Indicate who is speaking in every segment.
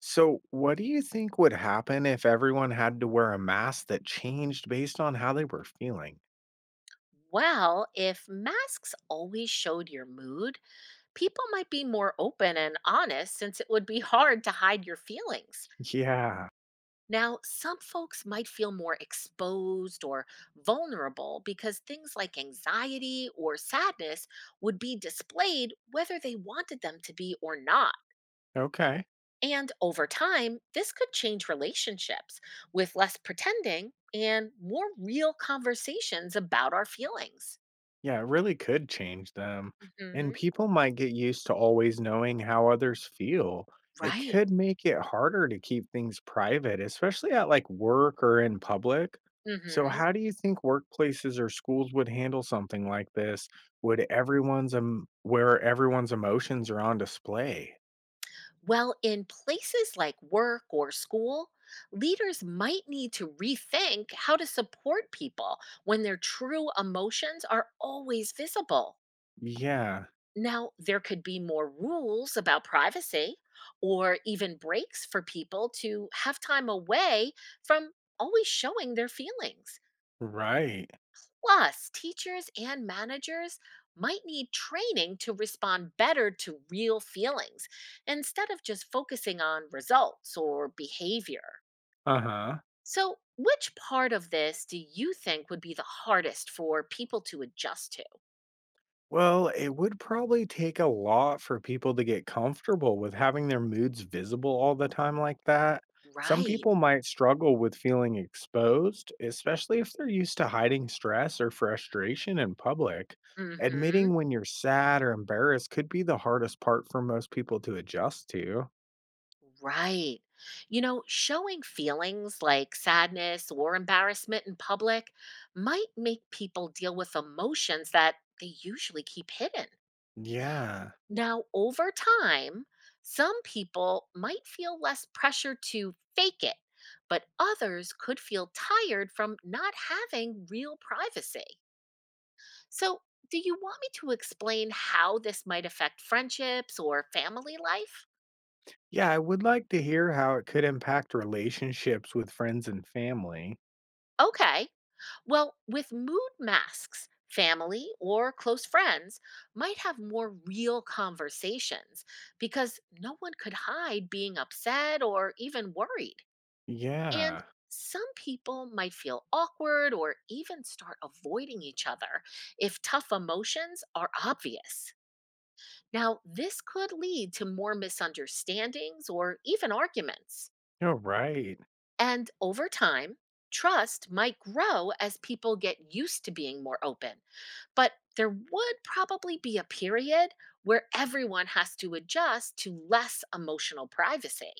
Speaker 1: So, what do you think would happen if everyone had to wear a mask that changed based on how they were feeling?
Speaker 2: Well, if masks always showed your mood, people might be more open and honest since it would be hard to hide your feelings.
Speaker 1: Yeah.
Speaker 2: Now, some folks might feel more exposed or vulnerable because things like anxiety or sadness would be displayed whether they wanted them to be or not.
Speaker 1: Okay.
Speaker 2: And over time, this could change relationships with less pretending and more real conversations about our feelings.
Speaker 1: Yeah, it really could change them. And
Speaker 2: Hmm.
Speaker 1: people might get used to always knowing how others feel. It
Speaker 2: Right.
Speaker 1: could make it harder to keep things private, especially at like work or in public. So,
Speaker 2: Hmm.
Speaker 1: how do you think workplaces or schools would handle something like this? Would everyone's where everyone's emotions are on display?
Speaker 2: Well, in places like work or school, leaders might need to rethink how to support people when their true emotions are always visible.
Speaker 1: Yeah,
Speaker 2: Now, there could be more rules about privacy or even breaks for people to have time away from always showing their feelings.
Speaker 1: right.
Speaker 2: Plus, teachers and managers might need training to respond better to real feelings instead of just focusing on results or behavior.
Speaker 1: Uh-huh.
Speaker 2: So, which part of this do you think would be the hardest for people to adjust to?
Speaker 1: Well, it would probably take a lot for people to get comfortable with having their moods visible all the time like that. Some
Speaker 2: Right.
Speaker 1: people might struggle with feeling exposed, especially if they're used to hiding stress or frustration in public.
Speaker 2: Mm-hmm.
Speaker 1: Admitting when you're sad or embarrassed could be the hardest part for most people to adjust to.
Speaker 2: Right. You know, showing feelings like sadness or embarrassment in public might make people deal with emotions that they usually keep hidden.
Speaker 1: Yeah.
Speaker 2: Now, over time, some people might feel less pressure to fake it, but others could feel tired from not having real privacy. So, do you want me to explain how this might affect friendships or family life?
Speaker 1: Yeah, I would like to hear how it could impact relationships with friends and family.
Speaker 2: Okay. Well, with mood masks, family or close friends might have more real conversations because no one could hide being upset or even worried. And
Speaker 1: Yeah,
Speaker 2: some people might feel awkward or even start avoiding each other if tough emotions are obvious. Now, this could lead to more misunderstandings or even arguments.
Speaker 1: you're right.
Speaker 2: And over time, trust might grow as people get used to being more open. But there would probably be a period where everyone has to adjust to less emotional privacy.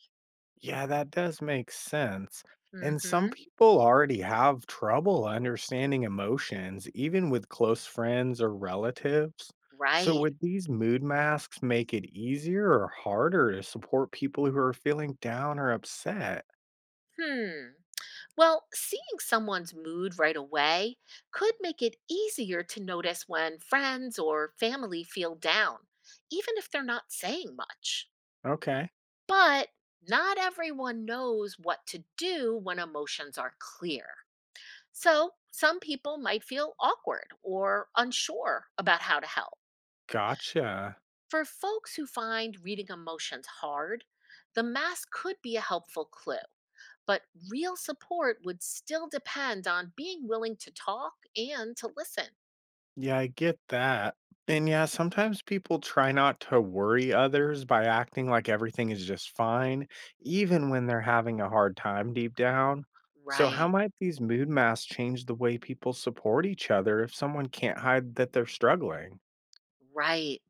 Speaker 1: Yeah, that does make sense.
Speaker 2: Mm
Speaker 1: And some
Speaker 2: hmm.
Speaker 1: people already have trouble understanding emotions, even with close friends or relatives. So,
Speaker 2: Right.
Speaker 1: would these mood masks make it easier or harder to support people who are feeling down or upset?
Speaker 2: Hmm. Well, seeing someone's mood right away could make it easier to notice when friends or family feel down, even if they're not saying much.
Speaker 1: Okay,
Speaker 2: But not everyone knows what to do when emotions are clear. So some people might feel awkward or unsure about how to help.
Speaker 1: gotcha.
Speaker 2: For folks who find reading emotions hard, the mask could be a helpful clue, but real support would still depend on being willing to talk and to listen.
Speaker 1: Yeah, I get that. And yeah, sometimes people try not to worry others by acting like everything is just fine, even when they're having a hard time deep down. So, how
Speaker 2: Right.
Speaker 1: might these mood masks change the way people support each other if someone can't hide that they're struggling?
Speaker 2: Right.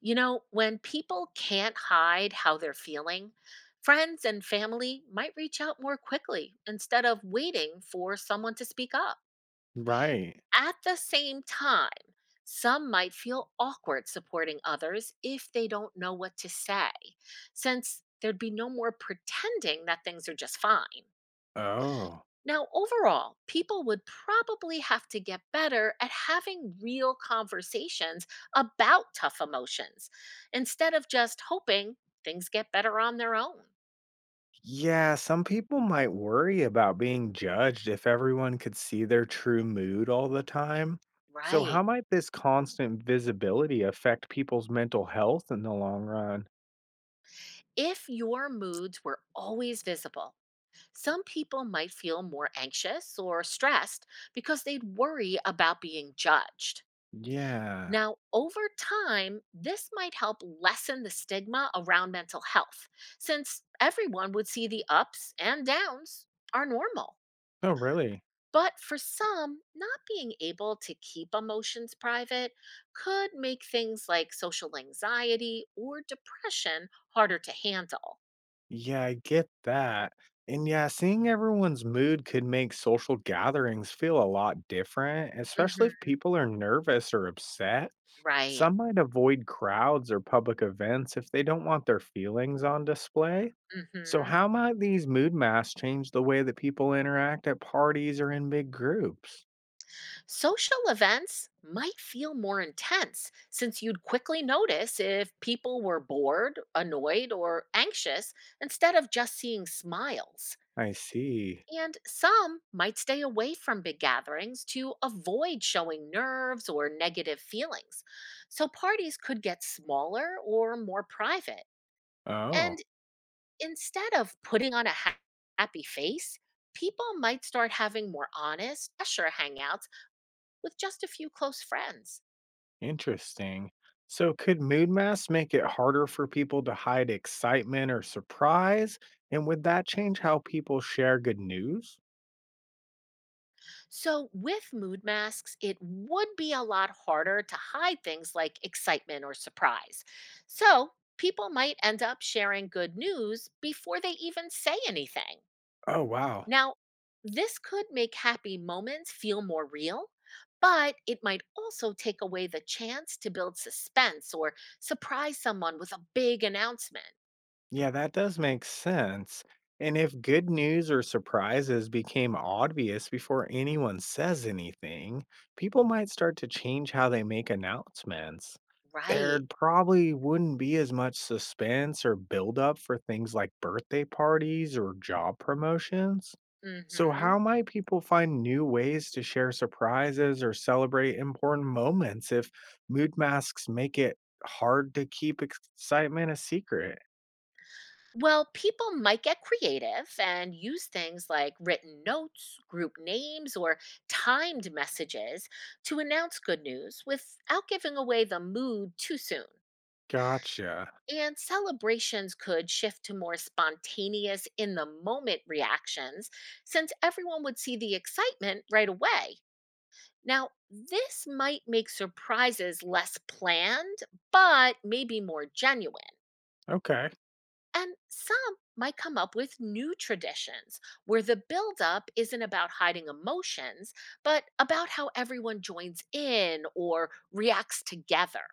Speaker 2: You know, when people can't hide how they're feeling, friends and family might reach out more quickly instead of waiting for someone to speak up.
Speaker 1: Right.
Speaker 2: At the same time, some might feel awkward supporting others if they don't know what to say, since there'd be no more pretending that things are just fine.
Speaker 1: Oh.
Speaker 2: Now, overall, people would probably have to get better at having real conversations about tough emotions instead of just hoping things get better on their own.
Speaker 1: Yeah, some people might worry about being judged if everyone could see their true mood all the time. So, how
Speaker 2: Right.
Speaker 1: might this constant visibility affect people's mental health in the long run?
Speaker 2: If your moods were always visible, some people might feel more anxious or stressed because they'd worry about being judged.
Speaker 1: Yeah.
Speaker 2: Now, over time, this might help lessen the stigma around mental health, since everyone would see the ups and downs are normal.
Speaker 1: Oh, really?
Speaker 2: But for some, not being able to keep emotions private could make things like social anxiety or depression harder to handle.
Speaker 1: Yeah, I get that. And yeah, seeing everyone's mood could make social gatherings feel a lot different, especially if
Speaker 2: Hmm.
Speaker 1: people are nervous or upset.
Speaker 2: Right.
Speaker 1: Some might avoid crowds or public events if they don't want their feelings on display. So,
Speaker 2: Hmm.
Speaker 1: how might these mood masks change the way that people interact at parties or in big groups?
Speaker 2: Social events might feel more intense since you'd quickly notice if people were bored, annoyed, or anxious instead of just seeing smiles.
Speaker 1: I see.
Speaker 2: And some might stay away from big gatherings to avoid showing nerves or negative feelings. So parties could get smaller or more private.
Speaker 1: Oh,
Speaker 2: And instead of putting on a happy face, people might start having more honest, pressure hangouts with just a few close friends.
Speaker 1: interesting. So, could mood masks make it harder for people to hide excitement or surprise? And would that change how people share good news?
Speaker 2: So, with mood masks, it would be a lot harder to hide things like excitement or surprise. So, people might end up sharing good news before they even say anything.
Speaker 1: Oh, wow.
Speaker 2: Now, this could make happy moments feel more real, but it might also take away the chance to build suspense or surprise someone with a big announcement.
Speaker 1: Yeah, that does make sense. And if good news or surprises became obvious before anyone says anything, people might start to change how they make announcements. There
Speaker 2: Right.
Speaker 1: probably wouldn't be as much suspense or buildup for things like birthday parties or job promotions. So,
Speaker 2: Mhm.
Speaker 1: how might people find new ways to share surprises or celebrate important moments if mood masks make it hard to keep excitement a secret?
Speaker 2: Well, people might get creative and use things like written notes, group names, or timed messages to announce good news without giving away the mood too soon.
Speaker 1: Gotcha.
Speaker 2: And celebrations could shift to more spontaneous, in the moment reactions since everyone would see the excitement right away. Now, this might make surprises less planned, but maybe more genuine.
Speaker 1: Okay.
Speaker 2: And some might come up with new traditions where the buildup isn't about hiding emotions, but about how everyone joins in or reacts together.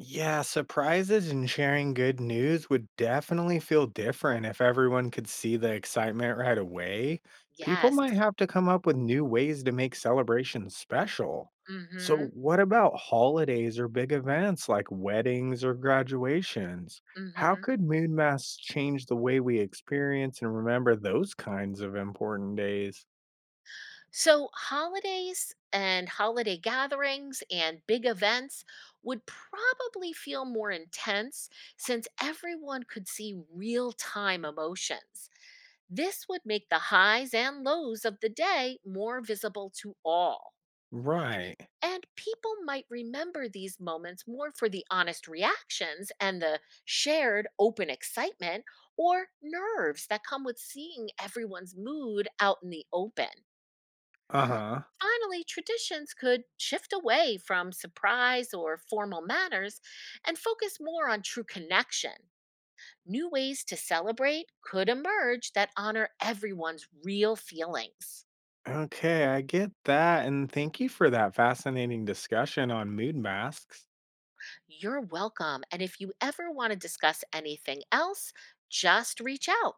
Speaker 1: Yeah, surprises and sharing good news would definitely feel different if everyone could see the excitement right away. People
Speaker 2: Yes.
Speaker 1: might have to come up with new ways to make celebrations special. So,
Speaker 2: Mm-hmm.
Speaker 1: what about holidays or big events like weddings or graduations? How
Speaker 2: Mm-hmm.
Speaker 1: could moon masks change the way we experience and remember those kinds of important days?
Speaker 2: So holidays and holiday gatherings and big events would probably feel more intense since everyone could see real-time emotions. This would make the highs and lows of the day more visible to all.
Speaker 1: Right.
Speaker 2: And people might remember these moments more for the honest reactions and the shared open excitement or nerves that come with seeing everyone's mood out in the open.
Speaker 1: Uh huh.
Speaker 2: Finally, traditions could shift away from surprise or formal manners and focus more on true connection. New ways to celebrate could emerge that honor everyone's real feelings.
Speaker 1: Okay, I get that. And thank you for that fascinating discussion on mood masks.
Speaker 2: You're welcome. And if you ever want to discuss anything else, just reach out.